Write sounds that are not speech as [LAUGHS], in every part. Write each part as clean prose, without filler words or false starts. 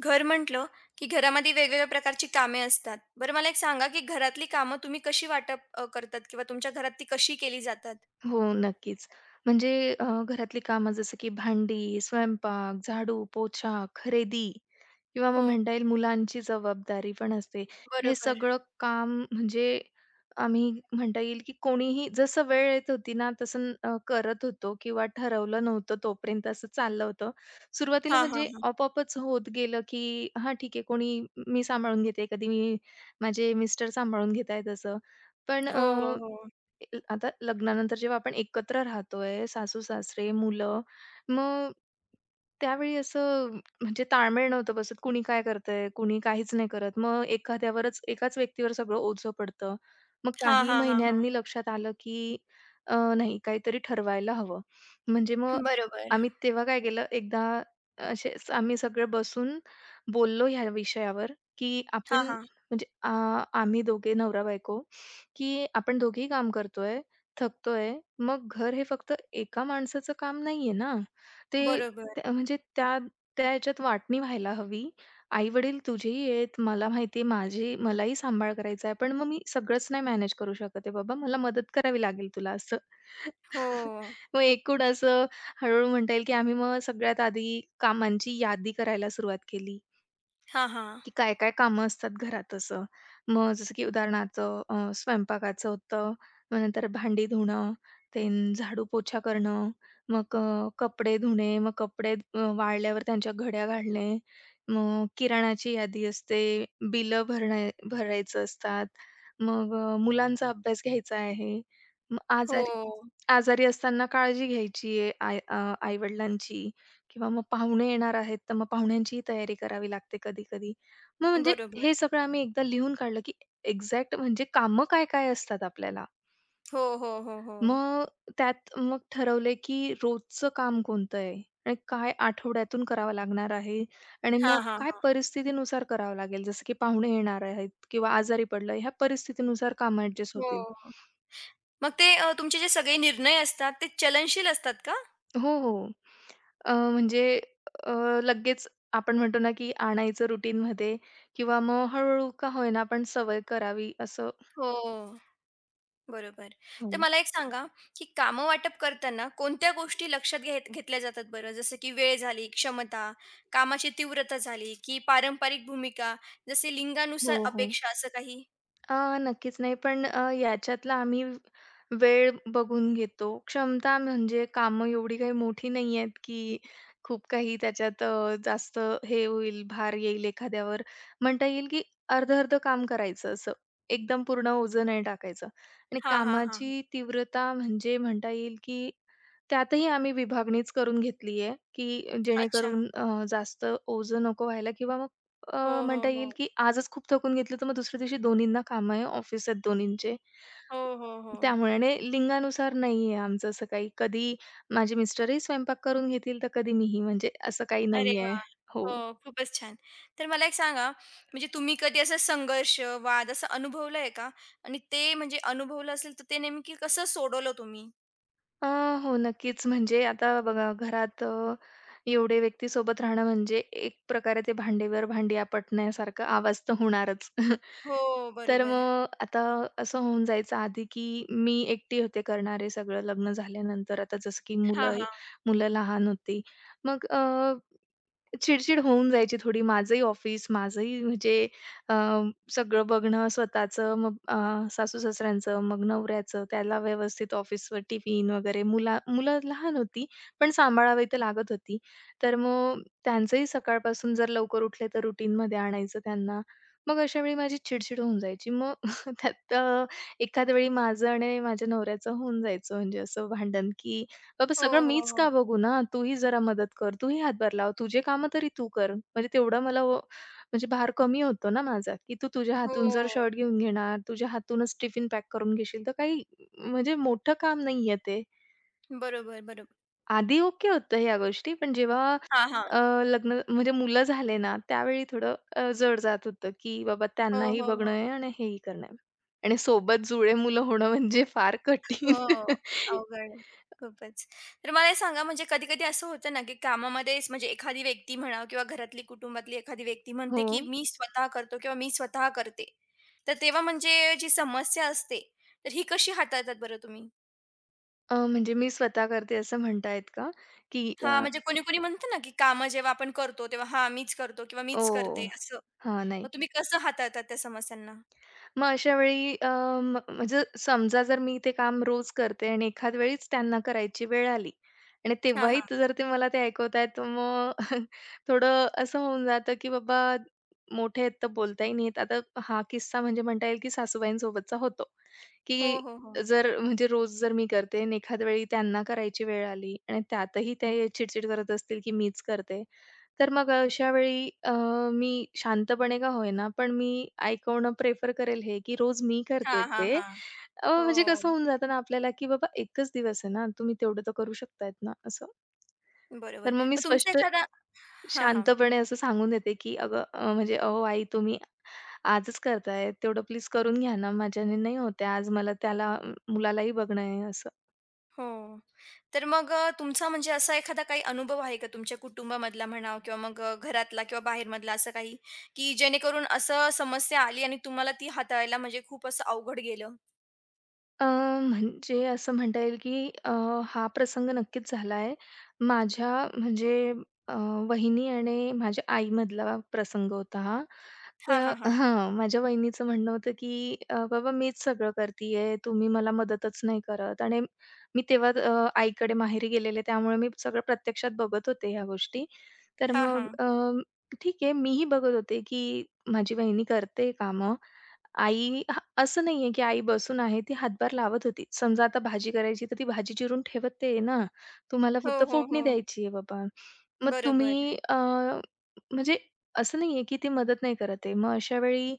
घर म्हटलं की घरामध्ये वेगवेगळ्या प्रकारची कामे असतात. बरं मला एक सांगा की घरातली कामं तुम्ही कशी वाटप करतात किंवा तुमच्या घरात ती कशी केली जातात? हो, नक्कीच. म्हणजे घरातली कामं जसं की भांडी, स्वयंपाक, झाडू, पोछा, खरेदी किंवा मग हो, म्हणता येईल मुलांची जबाबदारी पण असते. हे बरोबर. सगळं काम म्हणजे आम्ही म्हणता येईल की कोणीही जसं वेळ येत होती ना, तसं करत होतो किंवा ठरवलं नव्हतं तोपर्यंत असं चाललं होतं. सुरुवातीला हां, हां, म्हणजे हां. आपोआपच होत गेलं की हां, ठीक आहे कोणी मी सांभाळून घेते, कधी मी माझे मिस्टर सांभाळून घेतायत असं. पण हो, हो, हो. आता लग्नानंतर जेव्हा आपण एकत्र राहतोय, सासू-सासरे, मुलं, मग त्यावेळी असं म्हणजे ताळमेळ नव्हतं बसत. कुणी काय करतंय, कुणी काहीच नाही करत. मग एखाद्यावरच एकाच व्यक्तीवर सगळं ओझं पडतं. मग हां, काही हां, हां, हां. महिन्यांनी लक्षात आलं, की नाही काहीतरी ठरवायला हवं. म्हणजे मग बरोबर. आम्ही तेव्हा काय केलं, एकदा असेच आम्ही सगळे बसून बोललो ह्या विषयावर, की आपण हां, हां. म्हणजे आम्ही दोघे नवरा-बायको की आपण दोघेही काम करतोय, थकतोय. मग घर हे फक्त एका माणसाचं काम नाहीये ना. ते बरोबर. त्या म्हणजे त्या त्या ह्याच्यात वाटणी व्हायला हवी. आई-वडील तुझेही आहेत. मला माहिती आहे माझी मलाही सांभाळ करायचा आहे. पण मग मी सगळंच नाही मॅनेज करू शकत आहे बाबा. मला मदत करावी लागेल तुला असं. हो. [LAUGHS] मग एकूण असं हळू म्हणता येईल की आम्ही मग सगळ्यात आधी कामांची यादी करायला सुरुवात केली. हां, हां. की काय-काय कामं असतात घरात असं. मग जसं की उदाहरणार्थ स्वयंपाकाचं होतं, मग नंतर भांडी धुणं, ते झाडू पोछा करणं, मग कपडे धुणे, मग कपडे वाळल्यावर त्यांच्या घड्या घालणे, मग किराणाची यादी असते, बिलं भरणे भरायचं असतात, मग मुलांचा अभ्यास घ्यायचा आहे, मग हो. आजारी आजारी असताना काळजी घ्यायची आहे आई-वडिलांची किंवा मग पाहुणे येणार आहेत, तर मग पाहुण्यांचीही तयारी करावी लागते कधी-कधी. मग म्हणजे बरोबर. हे सगळं आम्ही एकदा लिहून काढलं, की एक्झॅक्ट म्हणजे कामं काय-काय असतात आपल्याला. हो, हो, हो, हो. मग त्यात मग ठरवले, की रोजचं काम कोणतं आहे आणि काय आठवड्यातून करावं लागणार आहे आणि मग हां, हां, काय परिस्थितीनुसार करावं लागेल. जसं की पाहुणे येणार आहेत किंवा आजारी पडलं, ह्या परिस्थितीनुसार कामं ॲडजस्ट हो. होतील. मग ते तुमचे जे सगळे निर्णय असतात ते चलनशील असतात का? हो, हो. म्हणजे अ, लगेच आपण म्हणतो ना, की आणायचं रुटीनमध्ये किंवा मग हळू का होईना, पण सवय करावी असं. हो. बरोबर. हो. तर मला एक सांगा, की कामं वाटप करताना कोणत्या गोष्टी लक्षात घेत घेतल्या जातात बरं? जसं की वेळ झाली, क्षमता, कामाची तीव्रता झाली, की पारंपरिक भूमिका, जसे हो, लिंगानुसार हो. अपेक्षा असं काही? नक्कीच नाही. पण याच्यातला आम्ही वेळ बघून घेतो. क्षमता म्हणजे कामं एवढी काही मोठी नाही आहेत, की खूप काही त्याच्यात जास्त हे होईल, भार येईल एखाद्यावर. म्हणता येईल, की अर्ध-अर्ध काम करायचं असं. एकदम पूर्ण ओझं नाही टाकायचं. आणि हा, हा, हा, हा. कामाची तीव्रता म्हणजे म्हणता येईल, की त्यातही आम्ही विभागणीच करून घेतली आहे, की अच्छा. जेणेकरून जास्त ओझं नको व्हायला किंवा मग हो, हो, म्हणता हो. येईल, की आजच खूप थकून घेतलं, तर मग दुसऱ्या दिवशी दोन्हींना कामं आहे ऑफिस आहेत दोन्हींचे. हो, हो, हो. त्यामुळे आणि लिंगानुसार नाही आहे आमचं असं काही. कधी माझे मिस्टरही स्वयंपाक करून घेतील, तर कधी मीही. म्हणजे असं काही अरे नाही वा, हो. हो, खूपच छान. तर मला एक सांगा, म्हणजे तुम्ही कधी असा संघर्ष, वाद असा अनुभवलाय का? आणि ते म्हणजे अनुभवलं असेल, तर ते नेमकी कसं सोडवलं तुम्ही? अ, हो, नक्कीच. म्हणजे आता बघा घरात एवढे व्यक्ती सोबत राहणं म्हणजे एक प्रकारे ते भांडीवर भांडी आपटण्यासारखा आवाज तर होणारच. [LAUGHS] हो, तर बरोबर. मग आता असं होऊन जायचं आधी, की मी एकटी होते करणारे सगळं लग्न झाल्यानंतर. आता जसं की हां, मुलं हां. मुलं लहान होती. मग चिड-चिड होऊन जायची थोडी. माझंही ऑफिस, माझंही म्हणजे अ, सगळं बघणं स्वतःचं, मग सासू-सासऱ्यांचं, मग नवऱ्याचं, त्याला व्यवस्थित ऑफिसवर टिफिन वगैरे. मुलं लहान होती, पण सांभाळावी तर लागत होती. तर मग त्यांचंही सकाळपासून जर लवकर उठले तर रुटीनमध्ये आणायचं त्यांना. मग अशा वेळी माझी चिड होऊन जायची. मग [LAUGHS] त्यात एखाद्या वेळी माझं आणि माझ्या नवऱ्याचं होऊन जायचं म्हणजे असं भांडण, की "बाबा हो, सगळं हो, मीच हो. का बघू ना? तूही जरा मदत कर, तूही हातभार लाव, तुझे कामं तरी तू कर." म्हणजे तेवढा मला म्हणजे भार कमी होतो ना माझा, की तू तुझ्या हातून जर हो. शर्ट घेऊन घेणार, तुझ्या हातूनच टिफिन पॅक करून घेशील, तर काही म्हणजे मोठं काम नाहीये ते. बरोबर, बरोबर. आधी ओके होतं ह्या गोष्टी, पण जेव्हा हां, हां. अ, लग्न म्हणजे मुलं झाले ना, त्यावेळी थोडं जड जात होतं, की बाबा हो, त्यांनाही हो, बघणं हो. आहे आणि हेही करणं आहे. आणि सोबत जुळे मुलं होणं म्हणजे फार कठीण. हो. [LAUGHS] अवघड. खूपच. तर मला हे सांगा म्हणजे कधी-कधी असं होतं ना, की कामामध्येच म्हणजे एखादी व्यक्ती म्हणा किंवा घरातली कुटुंबातली एखादी व्यक्ती म्हणते, हो. की "मी स्वतः करतो" किंवा "मी स्वतः करते." तर तेव्हा म्हणजे जी समस्या असते, तर ही कशी हाताळतात बरं तुम्ही? म्हणजे मी स्वतः करते असं म्हणतायत का? की हां, म्हणजे कोणी-कोणी म्हणतं ना, की कामं जेव्हा आपण करतो तेव्हा "हां, मीच करतो" किंवा "मीच करते" ओह! असं. हां, नाही. मग तुम्ही कसं हाताळतात त्या समस्यांना? मग अशा वेळी अ, म म्हणजे समजा जर मी ते काम रोज करते आणि एखाद वेळीच त्यांना करायची वेळ आली आणि हां, तेव्हाही हां. जर ते मला ते ऐकवतायत, तर मग [LAUGHS] थोडं असं होऊन जातं, की बाबा मोठे आहेत तर बोलताही नाहीत. आता हा किस्सा म्हणजे म्हणता येईल की सासूबाईंसोबतचा होतो, की हो, हो, हो. जर म्हणजे रोज जर मी करते आणि एखाद वेळी त्यांना करायची वेळ आली आणि त्यातही ते चिडचिड करत असतील, की मीच करते. तर मग अशा वेळी मी शांतपणे का होईना, पण मी ऐकवणं प्रेफर करेल हे, की रोज मी हां, करते हां, ते. हां. हो. म्हणजे कसं होऊन जातं ना आपल्याला, की बाबा एकच दिवस आहे ना, तुम्ही तेवढं तर करू शकतायत ना, असं. बरोबर. तर मग मी मग तुमचा स्पष्ट एखादा हां, हां. शांतपणे असं सांगून देते, की "अगं अ, म्हणजे अहो आई तुम्ही आजच करताय, तेवढं प्लीज करून घ्या ना, माझ्याने नाही होत आज मला त्याला मुलालाही बघणं आहे." असं. हो. तर मग तुमचा म्हणजे असा एखादा काही अनुभव आहे का तुमच्या कुटुंबामधला म्हणा किंवा मग घरातला किंवा बाहेरमधला असं काही, की जेणेकरून असं समस्या आली आणि तुम्हाला ती हाताळायला म्हणजे खूप असं अवघड गेलं? अ, म्हणजे असं म्हणता येईल, की हा प्रसंग नक्कीच झाला आहे. माझ्या म्हणजे अ, वहिनी आणि माझ्या आईमधला प्रसंग होता हा. हां, हां, हां. माझ्या वहिनीचं म्हणणं होतं, की बाबा मीच सगळं करती आहे, तुम्ही मला मदतच नाही करत." आणि मी तेव्हा आईकडे माहेरी गेलेले, त्यामुळे मी सगळं प्रत्यक्षात बघत होते ह्या गोष्टी. तर हां, मग हां. ठीक आहे, मीही बघत होते, की माझी वहिनी करते कामं. आई असं नाहीये, की आई बसून आहे, ती हातभार लावत होती. समजा आता भाजी करायची, तर ती भाजी चिरून ठेवत आहे ना. तुम्हाला हो, फक्त हो, फोडणी हो. द्यायची आहे बाबा. मग बरोबर. तुम्ही म्हणजे असं नाहीये, की ती मदत नाही करत आहे. मग अशा वेळी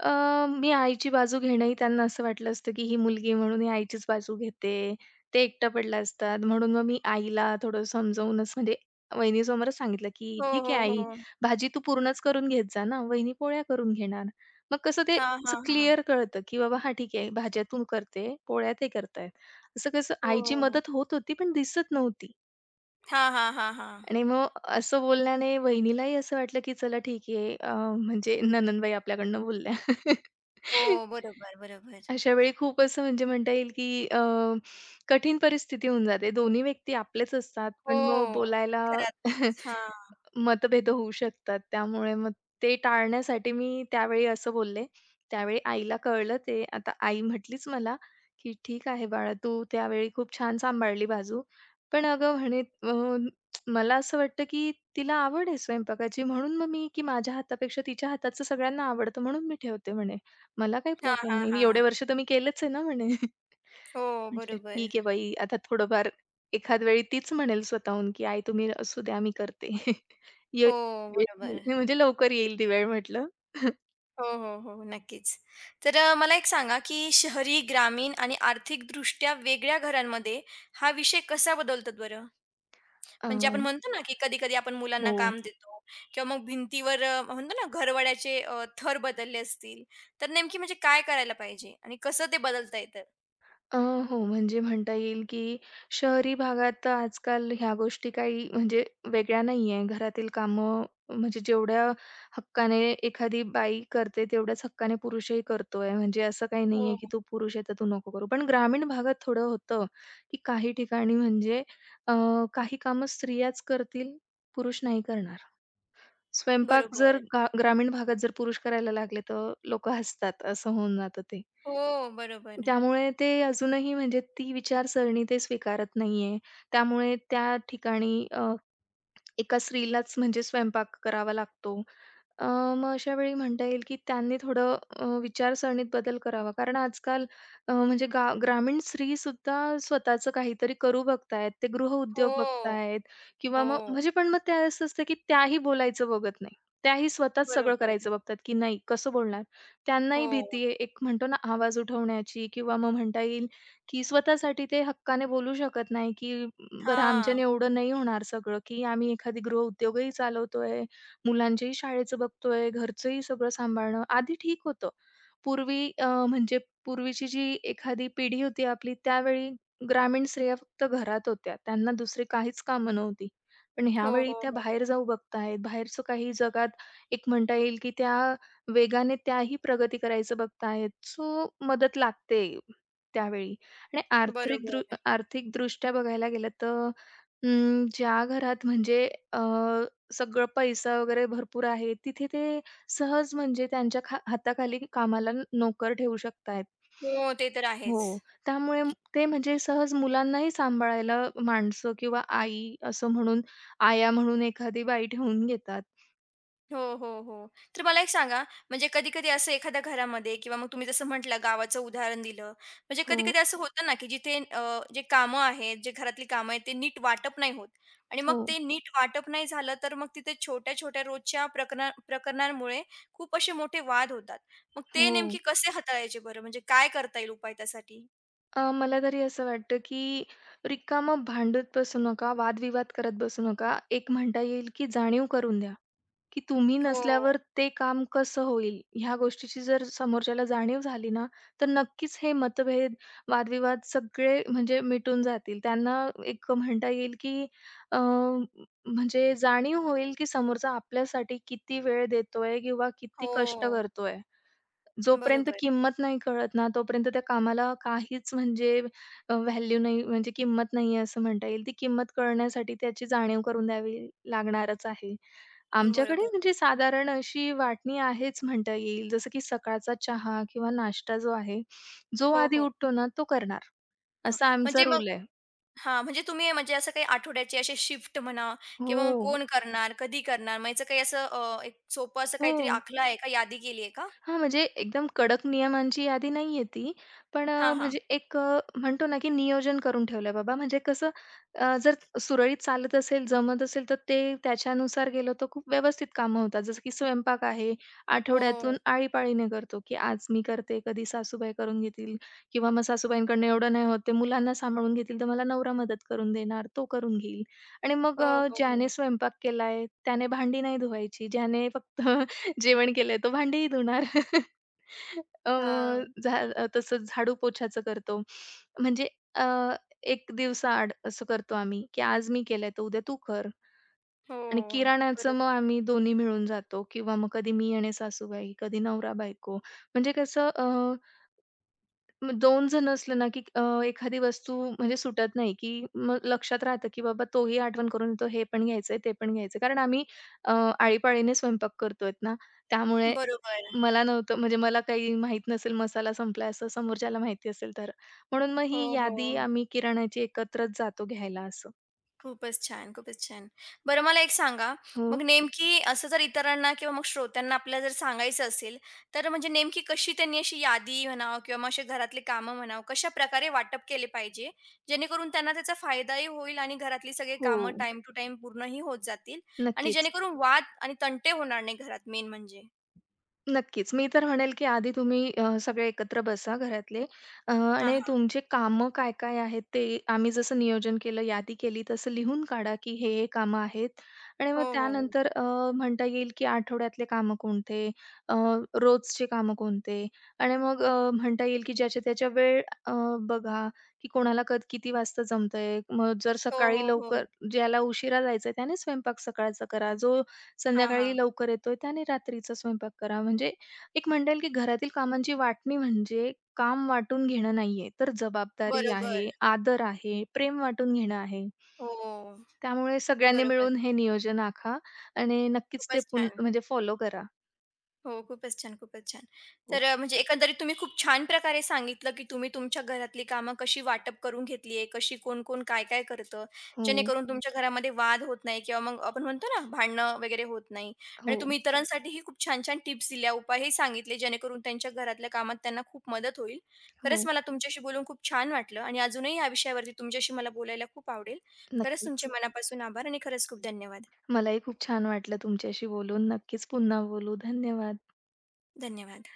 अ, मी आईची बाजू घेणंही त्यांना असं वाटलं असतं, की ही मुलगी आहे म्हणून ही आईचीच बाजू घेते. ते एकटं पडलं असतात म्हणून मग मी आईला थोडं समजावूनच म्हणजे वहिनीसमोरच सांगितलं, की हो, "ठीक आहे हो, आई, हो. भाजी तू पूर्णच करून घेत जा ना, वहिनी पोळ्या करून घेणार." मग कसं ते हां, असं हां, हां. क्लिअर कळतं, की बाबा हां, ठीक आहे भाज्या तू करते, पोळ्या ते करतायत. असं कसं हो, आईची हो. मदत होत होती पण दिसत नव्हती. हां, हां, हां, हां. आणि मग असं बोलण्याने वहिनीलाही असं वाटलं, की चला ठीक आहे म्हणजे नणंदबाई आपल्याकडनं बोलल्या. हो, [LAUGHS] बरोबर, बरोबर. अशा वेळी खूप असं म्हणजे म्हणता येईल, की कठीण परिस्थिती होऊन जाते. दोन्ही व्यक्ती आपलेच असतात, हो. पण मग बोलायला [LAUGHS] घरातच. हां. मतभेद होऊ शकतात. त्यामुळे मग ते टाळण्यासाठी मी त्यावेळी असं बोलले. त्यावेळी आईला कळलं ते. आता आई म्हटलीच मला, की "ठीक आहे बाळा, तू त्यावेळी खूप छान सांभाळली बाजू. पण अगं म्हणे मला असं वाटतं, की तिला आवड आहे स्वयंपाकाची म्हणून मग मी, की माझ्या हातापेक्षा तिच्या हाताचं सगळ्यांना आवडतं म्हणून मी ठेवते म्हणे. मला काही हां, प्रॉब्लेम हां, नाही. मी हां. एवढे वर्ष तर मी केलंच आहे ना म्हणे." [LAUGHS] हो, म्हटलं, बरोबर. "ठीक आहे बाई, आता थोडंफार एखाद वेळी तीच म्हणेल स्वतःहून, की आई तुम्ही असू द्या मी करते." [LAUGHS] येईल हो, ती बरोबर. वेळ, म्हणजे लवकर येईल ती वेळ म्हटलं. [LAUGHS] हो, हो, हो. हो, नक्कीच. तर मला एक सांगा, की शहरी, ग्रामीण आणि आर्थिकदृष्ट्या वेगळ्या घरांमध्ये हा विषय कसा बदलतात बरं? अ, म्हणजे आपण म्हणतो ना, की कधी-कधी आपण मुलांना हो. काम देतो किंवा मग भिंतीवर म्हणतो ना, घरवड्याचे थर बदलले असतील, तर नेमकी म्हणजे काय करायला पाहिजे आणि कसं ते बदलता येतं? अ, हो, म्हणजे म्हणता येईल, की शहरी भागात तर आजकाल ह्या गोष्टी काही म्हणजे वेगळ्या नाही आहे. घरातील कामं म्हणजे जेवढ्या हक्काने एखादी बाई करते, तेवढ्याच हक्काने पुरुषही करतोय. म्हणजे असं काही नाही हो. आहे, की तू पुरुष आहे, तर तू नको करू. पण ग्रामीण भागात थोडं होतं, की काही ठिकाणी म्हणजे अ, काही कामं स्त्रियाच करतील, पुरुष नाही करणार. स्वयंपाक जर बरोबर. ग्रामीण भागात जर पुरुष करायला लागले, तर लोकं हसतात. असं होऊन जातं ते. हो, बरोबर. त्यामुळे ते अजूनही म्हणजे ती विचारसरणी ते स्वीकारत नाहीये. त्यामुळे त्या ठिकाणी एका स्त्रीलाच म्हणजे स्वयंपाक करावा लागतो. अ, मग अशा वेळी म्हणता येईल, की त्यांनी थोडं विचारसरणीत बदल करावा. कारण आजकाल म्हणजे ग्रामीण स्त्रीसुद्धा स्वतःचं काहीतरी करू बघतायत. ते गृहउद्योग हो, बघतायत किंवा मग हो. म्हणजे पण मग त्या असं असतं, की त्याही बोलायचं बघत नाही. त्याही स्वतःच सगळं बरोबर. करायचं बघतात, की नाही कसं बोलणार? त्यांनाही हो. भीती आहे. एक म्हणतो ना आवाज उठवण्याची किंवा मग म्हणता येईल की स्वतःसाठी ते हक्काने बोलू शकत नाही, की "बरं हां. आमच्याने एवढं नाही होणार सगळं, की आम्ही एखादी गृहउद्योगही चालवतोय, मुलांच्याही शाळेचं बघतोय, घरचंही सगळं सांभाळणं." आधी ठीक होतं. पूर्वी म्हणजे पूर्वीची जी एखादी पिढी होती आपली, त्यावेळी ग्रामीण स्त्रिया फक्त घरात होत्या. त्यांना दुसरी काहीच कामं नव्हती. पण हो, ह्यावेळी हो, त्या हो. बाहेर जाऊ बघतायत. बाहेरचं काही जगात एक म्हणता येईल, की त्या वेगाने त्याही प्रगती करायचं बघतायत. सो मदत लागते त्यावेळी. आणि बरोबर. आर्थिकदृष्ट्या बघायला गेलं तर ज्या घरात म्हणजे अ, सगळं पैसा वगैरे भरपूर आहे, तिथे ते सहज म्हणजे त्यांच्या हाताखाली कामाला नोकर ठेवू शकतायत. हो, ते तर हो, आहेच. त्यामुळे ते म्हणजे सहज मुलांनाही सांभाळायला माणसं किंवा आई असं म्हणून आया म्हणून एखादी बाई ठेवून घेतात. हो, हो, हो. तर मला एक सांगा, म्हणजे कधी-कधी असं एखाद्या घरामध्ये किंवा मग तुम्ही जसं म्हटलं गावाचं उदाहरण दिलं. म्हणजे हो, कधी-कधी असं होतं ना, की जिथे जे कामं आहेत, जे घरातली कामं आहेत, ते नीट वाटप नाही होत आणि मग हो, ते नीट वाटप नाही झालं, तर मग तिथे छोट्या-छोट्या रोजच्या प्रकरणांमुळे खूप असे मोठे वाद होतात. मग ते नेमके हो. कसे हाताळायचे बरं? म्हणजे काय करता येईल उपाय त्यासाठी? मला तरी असं वाटतं, की रिकामं भांडत बसू नका, वादविवाद करत बसू नका. एक म्हणता येईल, की जाणीव करून द्या, की तुम्ही हो, नसल्यावर ते काम कसं होईल? ह्या गोष्टीची जर समोरच्याला जाणीव झाली ना, तर नक्कीच हे मतभेद, वादविवाद सगळे म्हणजे मिटून जातील. त्यांना एक म्हणता येईल, की अ, म्हणजे जाणीव होईल, की समोरचा आपल्यासाठी किती वेळ देतोय किंवा किती कष्ट हो. करतोय. जोपर्यंत बरोबर, किंमत नाही कळत ना, तोपर्यंत त्या कामाला काहीच म्हणजे व्हॅल्यू नाही म्हणजे किंमत नाहीये असं म्हणता येईल. ती किंमत कळण्यासाठी त्याची जाणीव करून द्यावी लागणारच आहे. बरोबर, आमच्याकडे म्हणजे बरोबर. साधारण अशी वाटणी आहेच म्हणता येईल. जसं की सकाळचा चहा किंवा नाश्ता जो आहे, जो हो, आधी हो. उठतो ना, तो करणार हां, असा म्हणजे आमचा मग रूल आहे. हां, म्हणजे तुम्ही म्हणजे असं काही आठवड्याची अशी शिफ्ट म्हणा किंवा मग हो, कोण करणार, कधी करणार, मग याचं काही असं एक सोपं असं हो. काहीतरी आखलं आहे का? यादी केली आहे का? हां, म्हणजे एकदम कडक नियमांची यादी नाहीये ती. पण हां, हां. म्हणजे एक म्हणतो ना, की नियोजन करून ठेवलंय बाबा. म्हणजे कसं जर सुरळीत चालत असेल, जमत असेल, तर ते त्याच्यानुसार गेलो तर खूप व्यवस्थित कामं होतात. जसं की स्वयंपाक आहे, आठवड्यातून हो, आळीपाळीने करतो, की आज मी करते, कधी सासूबाई करून घेतील किंवा मग सासूबाईंकडनं एवढं नाही होत, ते मुलांना सांभाळून घेतील, तर मला नवरा मदत करून देणार, तो करून घेईल. आणि मग हो, ज्याने हो. स्वयंपाक केलाय, त्याने भांडी नाही धुवायची, ज्याने फक्त जेवण केलंय तो भांडीही धुणार. [LAUGHS] अ, हां. तसंच झाडू-पोछाचं करतो. म्हणजे अ, 1 दिवसाआड असं करतो आम्ही, की आज मी केलंय तर उद्या तू कर. हो. आणि किराणाचं मग बरोबर. आम्ही दोन्ही मिळून जातो किंवा मग कधी मी आणि सासूबाई, कधी नवरा-बायको. म्हणजे कसं मग 2 जण असलं ना, की एखादी वस्तू म्हणजे सुटत नाही, की मग लक्षात राहतं, की बाबा तोही आठवण करून येतो, हे पण घ्यायचंय, ते पण घ्यायचंय. कारण आम्ही अ, आळीपाळीने स्वयंपाक करतोय ना, त्यामुळे बरोबर. मला नव्हतं म्हणजे मला काही माहीत नसेल मसाला संपलाय असं समोरच्याला माहिती असेल तर. म्हणून मग हो, ही यादी हो. आम्ही किराण्याची एकत्रच जातो घ्यायला असं. खूपच छान, खूपच छान. बरं मला एक सांगा, हो. मग नेमकी असं जर इतरांना किंवा मग श्रोत्यांना आपल्याला जर सांगायचं असेल, तर म्हणजे नेमकी कशी त्यांनी अशी यादी म्हणावं किंवा मग असे घरातले कामं म्हणावं, कशाप्रकारे वाटप केले पाहिजे, जेणेकरून त्यांना त्याचा फायदाही होईल आणि घरातली सगळी हो. कामं टाईम टू टाईम पूर्णही होत जातील आणि नक्कीच. जेणेकरून वाद आणि तंटे होणार नाही घरात मेन म्हणजे? नक्कीच. मी तर म्हणेल, की आधी तुम्ही सगळे एकत्र बसा घरातले हां, आणि हां. तुमचे कामं काय-काय आहेत ते आम्ही जसं नियोजन केलं, यादी केली तसं लिहून काढा, की हे-हे कामं आहेत. आणि हो, मग हो, हो. त्यानंतर म्हणता येईल, की आठवड्यातले कामं कोणते, अ, रोजचे कामं कोणते आणि मग म्हणता येईल, की ज्याच्या-त्याच्या वेळ अ, बघा, की कोणाला किती वाजता जमतंय. मग जर हो, हो, सकाळी हो. लवकर ज्याला उशिरा जायचंय त्याने स्वयंपाक सकाळचा करा. जो हां, संध्याकाळी हां. लवकर येतोय त्याने रात्रीचा स्वयंपाक करा. म्हणजे एक म्हणता की घरातील कामांची वाटणी म्हणजे काम वाटून घेणं नाहीये, तर जबाबदारी बरोबर. आहे, आदर आहे, प्रेम वाटून घेणं आहे. हो, त्यामुळे सगळ्यांनी बरोबर. मिळून हे नियोजन आखा आणि नक्कीच ते खूपच छान. म्हणजे फॉलो करा. हो. खूपच छान, खूपच छान. हो. तर म्हणजे एकंदरीत तुम्ही खूप छान प्रकारे सांगितलं, की तुम्ही तुमच्या घरातली कामं कशी वाटप करून घेतली आहे, कशी कोण-कोण काय-काय करतं, हो, जेणेकरून तुमच्या घरामध्ये वाद होत नाही किंवा मग आपण म्हणतो ना, भांडणं वगैरे होत नाही आणि हो, तुम्ही हो. इतरांसाठीही खूप छान-छान टिप्स दिल्या, उपायही सांगितले, जेणेकरून त्यांच्या घरातल्या कामात त्यांना खूप मदत होईल. खरंच हो. मला तुमच्याशी बोलून खूप छान वाटलं आणि अजूनही या विषयावरती तुमच्याशी मला बोलायला खूप आवडेल. खरंच तुमचे नक्कीच. मनापासून आभार आणि खरंच खूप धन्यवाद. मलाही खूप छान वाटलं तुमच्याशी बोलून. नक्कीच पुन्हा बोलू. धन्यवाद. धन्यवाद.